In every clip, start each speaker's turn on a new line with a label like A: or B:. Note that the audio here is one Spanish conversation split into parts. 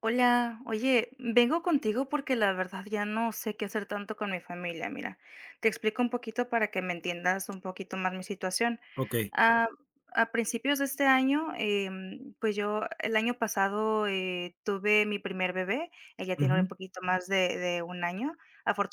A: Hola, oye, vengo contigo porque la verdad ya no sé qué hacer tanto con mi familia. Mira, te explico un poquito para que me entiendas un poquito más mi situación.
B: Okey.
A: Ah, a principios de este año, pues yo el año pasado tuve mi primer bebé, ella tiene un
B: Ujú.
A: poquito más de un año,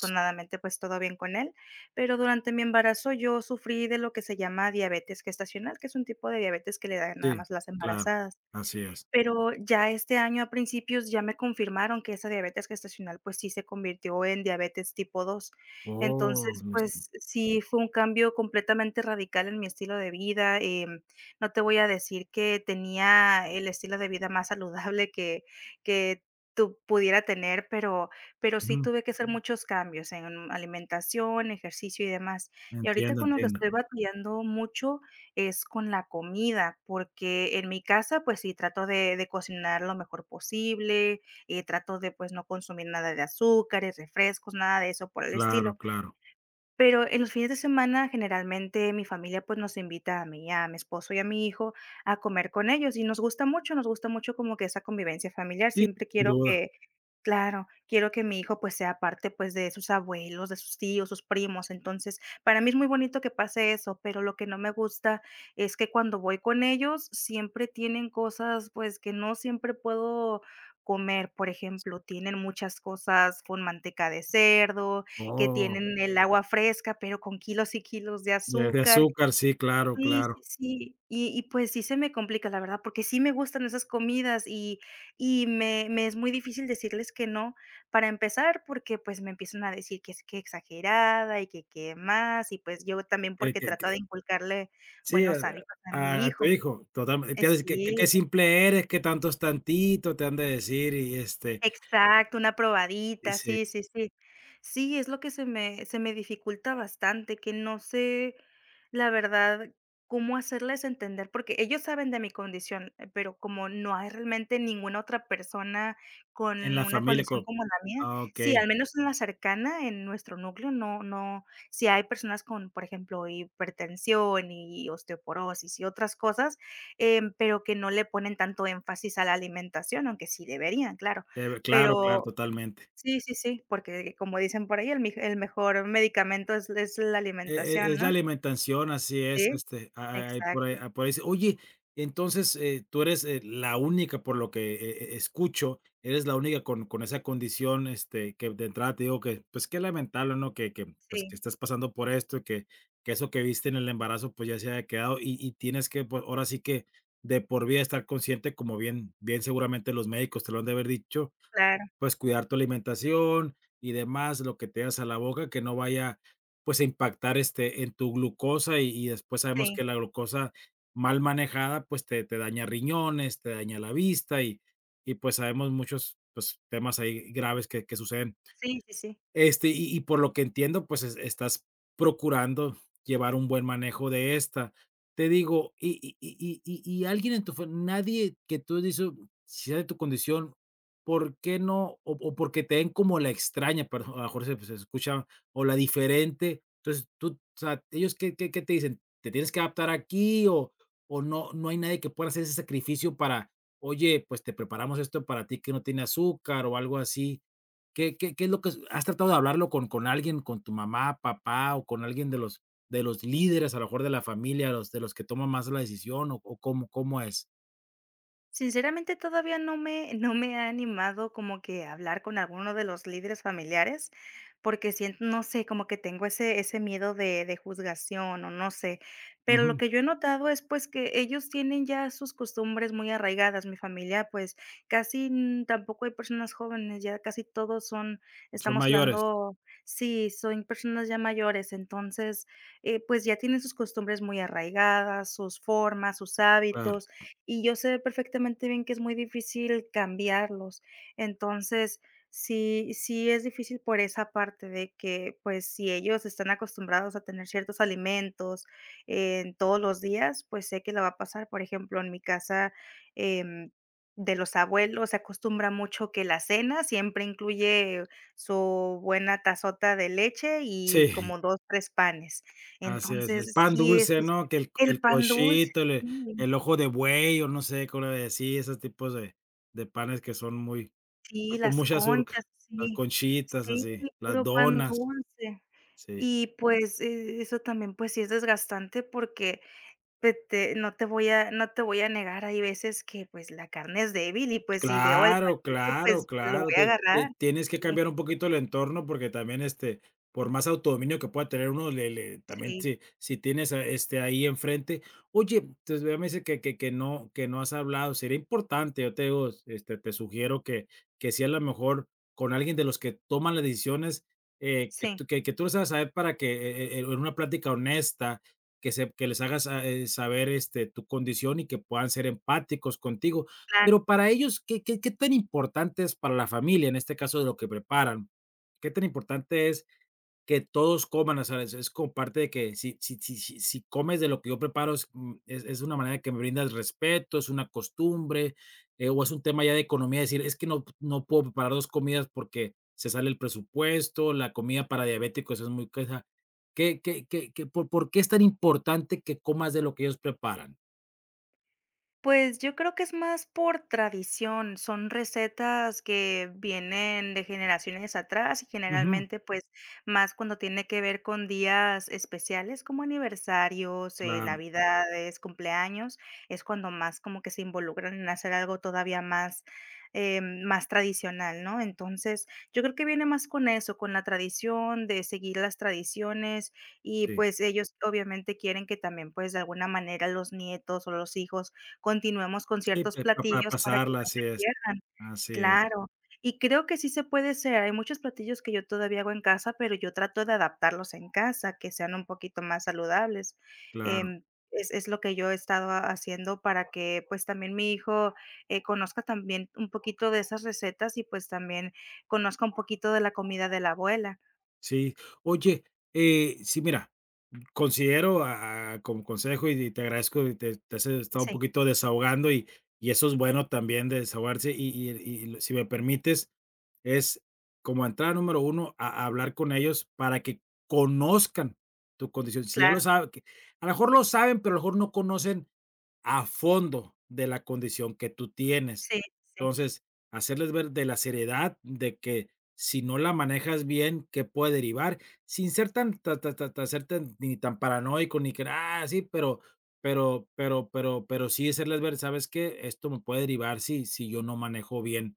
B: S
A: pues todo bien con él, pero durante mi embarazo yo sufrí de lo que se llama diabetes gestacional, que es un tipo de diabetes que le dan nada
B: sí,
A: más las
B: claro,
A: embarazadas.
B: así es.
A: Pero ya este año, a principios, ya me confirmaron que esa diabetes gestacional, pues, sí se convirtió en diabetes tipo 2.
B: Oh,
A: Entonces,
B: no sé.
A: pues, sí fue un cambio completamente radical en mi estilo de vida. No te voy a decir que tenía el estilo de vida más saludable que que tú pudiera tener, pero sí
B: Ujú.
A: tuve que hacer muchos cambios en alimentación, ejercicio y demás. Y ahorita
B: Entiendo,
A: con lo que
B: entiendo.
A: estoy batallando mucho es con la comida, porque en mi casa, pues sí, trato de cocinar lo mejor posible. Trato de pues no consumir nada de azúcares, refrescos, nada de eso por el
B: Claro,
A: estilo,
B: claro.
A: pero en los fines de semana, generalmente mi familia, pues, nos invita a mí, a mi esposo y a mi hijo a comer con ellos, y nos gusta mucho como que esa convivencia familiar.
B: Sí,
A: Siempre
B: sin
A: quiero
B: duda.
A: que, claro, quiero que mi hijo, pues, sea parte, pues, de sus abuelos, de sus tíos, sus primos. Entonces, para mí es muy bonito que pase eso, pero lo que no me gusta es que cuando voy con ellos, siempre tienen cosas, pues, que no siempre puedo comer. Por ejemplo, tienen muchas cosas con manteca de cerdo, que
B: Oh,
A: tienen el agua fresca, pero con kilos y kilos de
B: de
A: azúcar.
B: azúcar, sí, claro,
A: Sí, sí,
B: claro.
A: sí. Y, pues, sí se me complica, la verdad, porque sí me gustan esas comidas y y me es muy difícil decirles que no, para empezar, porque, pues, me empiezan a decir que es que exagerada y que qué más, y, pues, yo también
B: Que
A: porque
B: que
A: trato
B: que
A: de inculcarle
B: sí, a
A: buenos hábitos a mi
B: a a tu
A: hijo.
B: hijo, totalmente. Te ha de decir:
A: Sí.
B: "Qué simple eres, qué tanto es tantito", te han de decir y,
A: Exacto, una
B: y
A: probadita,
B: sí,
A: sí, sí, sí. Sí, es lo que se me dificulta bastante, que no sé, la verdad, cómo hacerles entender, porque ellos saben de mi condición, pero como no hay realmente ninguna otra persona
B: en
A: con
B: la
A: una
B: familia co
A: condición como la mía, sí,
B: okey.
A: al menos en la cercana, en nuestro núcleo, no, no, si hay personas con, por ejemplo, hipertensión y osteoporosis y otras cosas. Pero que no le ponen tanto énfasis a la alimentación, aunque sí deberían, claro.
B: Te claro, claro,
A: Pero
B: totalmente.
A: sí, sí, sí, porque como dicen por ahí, el mij el mejor medicamento es la
B: E
A: alimentación,
B: es la
A: ¿no?
B: alimentación, así es,
A: Sí,
B: a ay, por ahí
A: exacto.
B: por ahí dice, oye, entonces, tú eres, la única, por lo que, escucho, eres la única con esa condición, que de entrada te digo que, pues, qué lamentable, ¿no? Que, pues,
A: Sí,
B: que estás pasando por esto, que eso que viste en el embarazo, pues, ya se haya quedado y tienes que, pues, ahora sí que de por vida estar consciente, como bien seguramente los médicos te lo han de haber dicho,
A: claro,
B: pues, cuidar tu alimentación y demás, lo que te das a la boca, que no vaya, pues, a impactar, en tu glucosa, y después sabemos
A: sí,
B: que la glucosa mal manejada, pues, te daña riñones, te daña la vista, y, pues, sabemos muchos, pues, temas ahí graves que suceden
A: sí, sí, sí.
B: y, por lo que entiendo, pues estás procurando llevar un buen manejo de esta. Te digo, y alguien en tu nadie que tú dices, si sea de tu condición, ¿por qué no? O porque te ven como la extraña, pero a lo mejor se, pues, se escucha, o la diferente. Entonces, tú, o sea, ellos, ¿qué te dicen? ¿Te tienes que adaptar aquí o no, no hay nadie que pueda hacer ese sacrificio para, oye, pues te preparamos esto para ti que no tiene azúcar o algo así? ¿Qué es lo que has tratado de hablarlo con alguien, con tu mamá, papá o con alguien de los líderes, a lo mejor de la familia, los, de los que toman más la decisión o cómo, cómo es?
A: Sinceramente, todavía no me ha animado como que a hablar con alguno de los líderes familiares, porque siento, no sé, como que tengo ese miedo de juzgación o no sé. Pero lo
B: Ujú.
A: que yo he notado es, pues, que ellos tienen ya sus costumbres muy arraigadas. Mi familia, pues, casi, mm, tampoco hay personas jóvenes, ya casi todos son,
B: Son
A: estamos
B: mayores,
A: hablando, sí, son personas ya mayores. Entonces, pues, ya tienen sus costumbres muy arraigadas, sus formas, sus
B: claro.
A: hábitos, y yo sé perfectamente bien que es muy difícil cambiarlos. Entonces, sí es difícil por esa parte de que, pues, si ellos están acostumbrados a tener ciertos alimentos, en todos los días, pues, sé que la va a pasar. Por ejemplo, en mi casa, em, de los abuelos se acostumbra mucho que la cena siempre incluye su buena tazota de leche y
B: Sí,
A: como 2 3 panes.
B: así es. El
A: Entonces,
B: pan
A: sí, eso
B: dulce,
A: es
B: ¿no? Que
A: el
B: el
A: pan dulce,
B: cochito,
A: sí.
B: el ojo de buey, o no sé cómo le decía, esos tipos de panes que son muy,
A: Sí,
B: con
A: las
B: mucha azúcar.
A: conchas,
B: Las
A: sí.
B: conchitas,
A: Sí,
B: así, las
A: puro pan
B: donas,
A: dulce.
B: sí.
A: Y, pues, eso también, pues, sí es desgastante porque te te no te voy a negar, hay veces que, pues, la carne es débil y, pues, si veo el
B: Claro,
A: pancito, pues,
B: claro,
A: lo
B: claro.
A: voy a agarrar.
B: Tienes que
A: Sí,
B: cambiar un poquito el entorno porque también, por más autodominio que pueda tener uno, le le también
A: sí,
B: si tienes, a ahí enfrente. Oye, entonces, vea me dice que que no que no has hablado. Sería importante, yo te digo, te sugiero que sí, a lo mejor con alguien de los que toman las decisiones,
A: sí,
B: que tú les hagas saber para que, en una plática honesta, que se que les hagas, saber, tu condición y que puedan ser empáticos contigo.
A: claro.
B: Pero para ellos, ¿qué tan importante es para la familia, en este caso de lo que preparan? ¿Qué tan importante es que todos coman? O sea, es como parte de que si si comes de lo que yo preparo es, es una manera que me brindas respeto, es una costumbre, o es un tema ya de economía, decir: "Es que no no puedo preparar 2 comidas porque se sale el presupuesto, la comida para diabéticos es muy cara". ¿Qué por qué es tan importante que comas de lo que ellos preparan?
A: Pues yo creo que es más por tradición, son recetas que vienen de generaciones atrás y
B: Ujú,
A: generalmente pues más cuando tiene que ver con días especiales como aniversarios,
B: claro,
A: navidades, cumpleaños, es cuando más como que se involucran en hacer algo todavía más, más tradicional, ¿no? Entonces yo creo que viene más con eso, con la tradición de seguir las tradiciones y
B: sí.
A: pues ellos obviamente quieren que también pues de alguna manera los nietos o los hijos continuemos con
B: Sí,
A: ciertos
B: pe pa para
A: platillos para que
B: pasarla,
A: no se pierdan.
B: así es,
A: Claro. Y creo que sí se puede ser. Hay muchos platillos que yo todavía hago en casa, pero yo trato de adaptarlos en casa, que sean un poquito más saludables.
B: claro.
A: Em, es lo que yo he estado haciendo para que, pues, también mi hijo, conozca también un poquito de esas recetas y, pues, también conozca un poquito de la comida de la abuela.
B: Sí. Oye, sí, mira, considero a como consejo y te agradezco y te has estado un
A: Sí,
B: poquito desahogando y eso es bueno también de desahogarse y si me permites, es como entrada número uno a hablar con ellos para que conozcan tu condición. Si ya
A: claro.
B: lo saben que a lo mejor lo saben, pero a lo mejor no conocen a fondo de la condición que tú tienes.
A: Sí, sí,
B: Entonces, hacerles ver de la seriedad de que si no la manejas bien, que puede derivar, sin ser tan, ser ni tan paranoico, ni que, ah, sí, pero, pero sí hacerles ver, ¿sabes qué? Esto me puede derivar si, si yo no manejo bien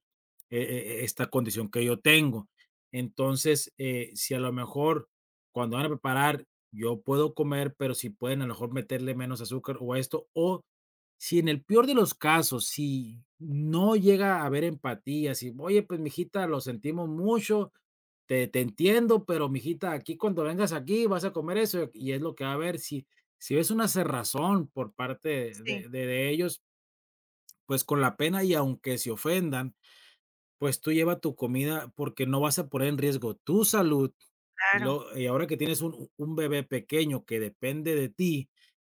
B: esta condición que yo tengo. Entonces, si a lo mejor cuando van a preparar, yo puedo comer, pero si pueden a lo mejor meterle menos azúcar o esto, o si en el peor de los casos, si no llega a haber empatía, si, oye, pues, mijita, lo sentimos mucho, te entiendo, pero, mijita, aquí cuando vengas aquí vas a comer eso, y es lo que va a haber. Si si ves una cerrazón por parte
A: sí,
B: de ellos, pues, con la pena y aunque se ofendan, pues tú lleva tu comida porque no vas a poner en riesgo tu salud, y
A: claro.
B: luego y ahora que tienes un bebé pequeño que depende de ti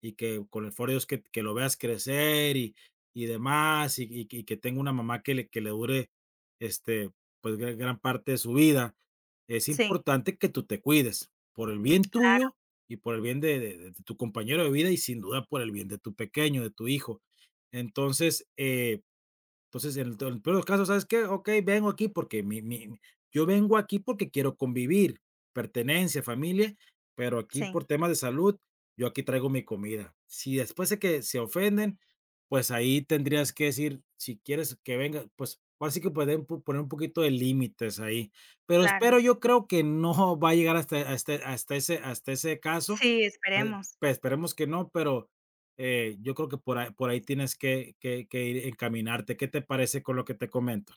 B: y que con el favor de Dios que lo veas crecer y demás, y que tenga una mamá que le dure, este, pues, gran parte de su vida, es
A: Sí,
B: importante que tú te cuides, por el bien
A: claro.
B: tuyo y por el bien de tu compañero de vida y sin duda por el bien de tu pequeño, de tu hijo. Entonces, entonces, en el to el peor de los casos, ¿sabes qué? Okey, vengo aquí porque mi mi yo vengo aquí porque quiero convivir, pertenencia, familia, pero aquí
A: Sí,
B: por temas de salud, yo aquí traigo mi comida. Si después de que se ofenden, pues ahí tendrías que decir, si quieres que venga, pues, así que pueden po poner un poquito de límites ahí. Pero
A: claro.
B: espero, yo creo que no va a llegar hasta ese hasta ese caso,
A: Sí, esperemos.
B: pues, esperemos que no, pero yo creo que por ahí tienes que ir encaminarte, ¿qué te parece con lo que te comento?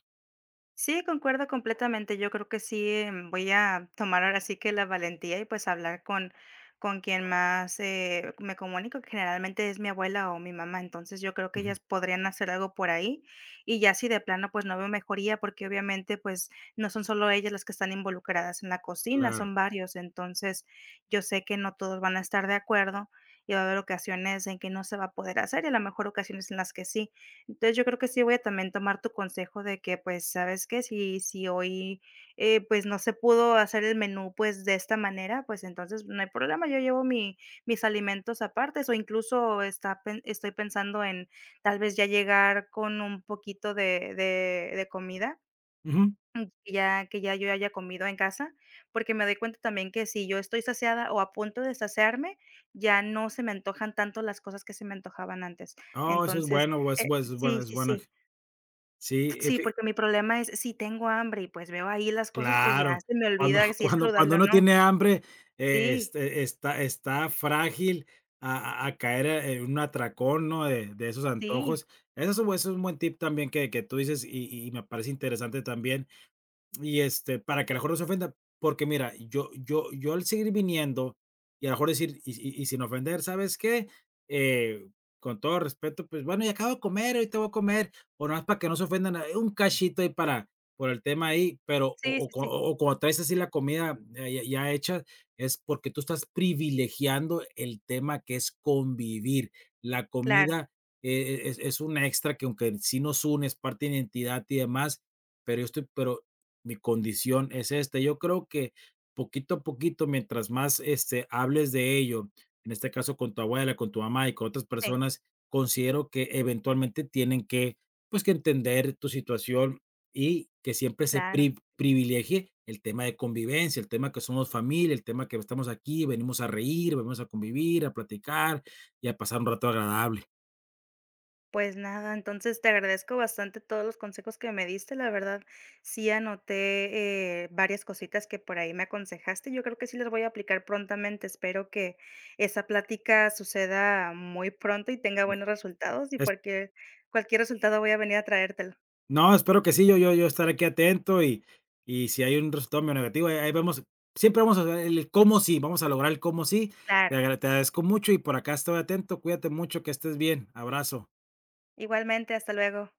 A: Sí, concuerdo completamente. Yo creo que sí. Voy a tomar ahora sí que la valentía y pues hablar con quien más, me comunico, que generalmente es mi abuela o mi mamá. Entonces yo creo que
B: Ujú.
A: ellas podrían hacer algo por ahí. Y ya si de plano pues no veo mejoría, porque obviamente pues no son solo ellas las que están involucradas en la cocina,
B: Claro.
A: son varios. Entonces yo sé que no todos van a estar de acuerdo y va a haber ocasiones en que no se va a poder hacer y a lo mejor ocasiones en las que sí. Entonces, yo creo que sí voy a también tomar tu consejo de que, pues, ¿sabes qué? Si hoy, pues, no se pudo hacer el menú, pues, de esta manera, pues, entonces no hay problema, yo llevo mi mis alimentos apartes, o incluso está pen estoy pensando en tal vez ya llegar con un poquito de comida,
B: Ujú.
A: mm, que ya yo haya comido en casa, porque me doy cuenta también que si yo estoy saciada o a punto de saciarme, ya no se me antojan tanto las cosas que se me antojaban antes.
B: Oh, eso es
A: Entonces,
B: bueno,
A: eh,
B: es bueno
A: sí,
B: es
A: sí,
B: bueno
A: sí.
B: Sí,
A: Sí,
B: fi
A: porque mi problema es si tengo hambre y, pues, veo ahí las cosas, pues, ya
B: claro,
A: se me
B: cuando
A: olvida si es
B: cuando
A: saludable o
B: uno
A: no.
B: tiene hambre,
A: Sí,
B: está está frágil a caer en un atracón, ¿no? De esos
A: sí,
B: antojos. Eso es un buen tip también que tú dices y me parece interesante también. Y, para que a lo mejor no se ofenda, porque mira, yo al seguir viniendo, y a lo mejor decir, y sin ofender, ¿sabes qué? Eh, con todo respeto, pues, bueno, ya acabo de comer, ahorita voy a comer, o nada más para que no se ofendan, ah, un cachito ahí para por el tema ahí, pero
A: sí, sí, sí,
B: o cuando traes así la comida ya hecha, es porque tú estás privilegiando el tema que es convivir. La
A: claro,
B: comida e es un extra que aunque sí nos une, es parte de identidad y demás, pero yo estoy pero mi condición es esta. Yo creo que poquito a poquito, mientras más, hables de ello, en este caso con tu abuela, con tu mamá y con otras
A: sí,
B: personas, considero que eventualmente tienen que, pues, que entender tu situación y que siempre se
A: claro.
B: privilegie el tema de convivencia, el tema que somos familia, el tema que estamos aquí, venimos a reír, venimos a convivir, a platicar y a pasar un rato agradable.
A: Pues nada, entonces te agradezco bastante todos los consejos que me diste, la verdad, sí anoté, varias cositas que por ahí me aconsejaste, yo creo que sí las voy a aplicar prontamente, espero que esa plática suceda muy pronto y tenga buenos resultados, y cualquier resultado voy a venir a traértelo.
B: No, espero que sí, yo estaré aquí atento y si hay un resultado medio negativo, ahí vemos, siempre vamos a ver el cómo sí, vamos a lograr el cómo sí.
A: Claro,
B: Te agradezco mucho y por acá estoy atento, cuídate mucho, que estés bien, abrazo.
A: igualmente, hasta luego.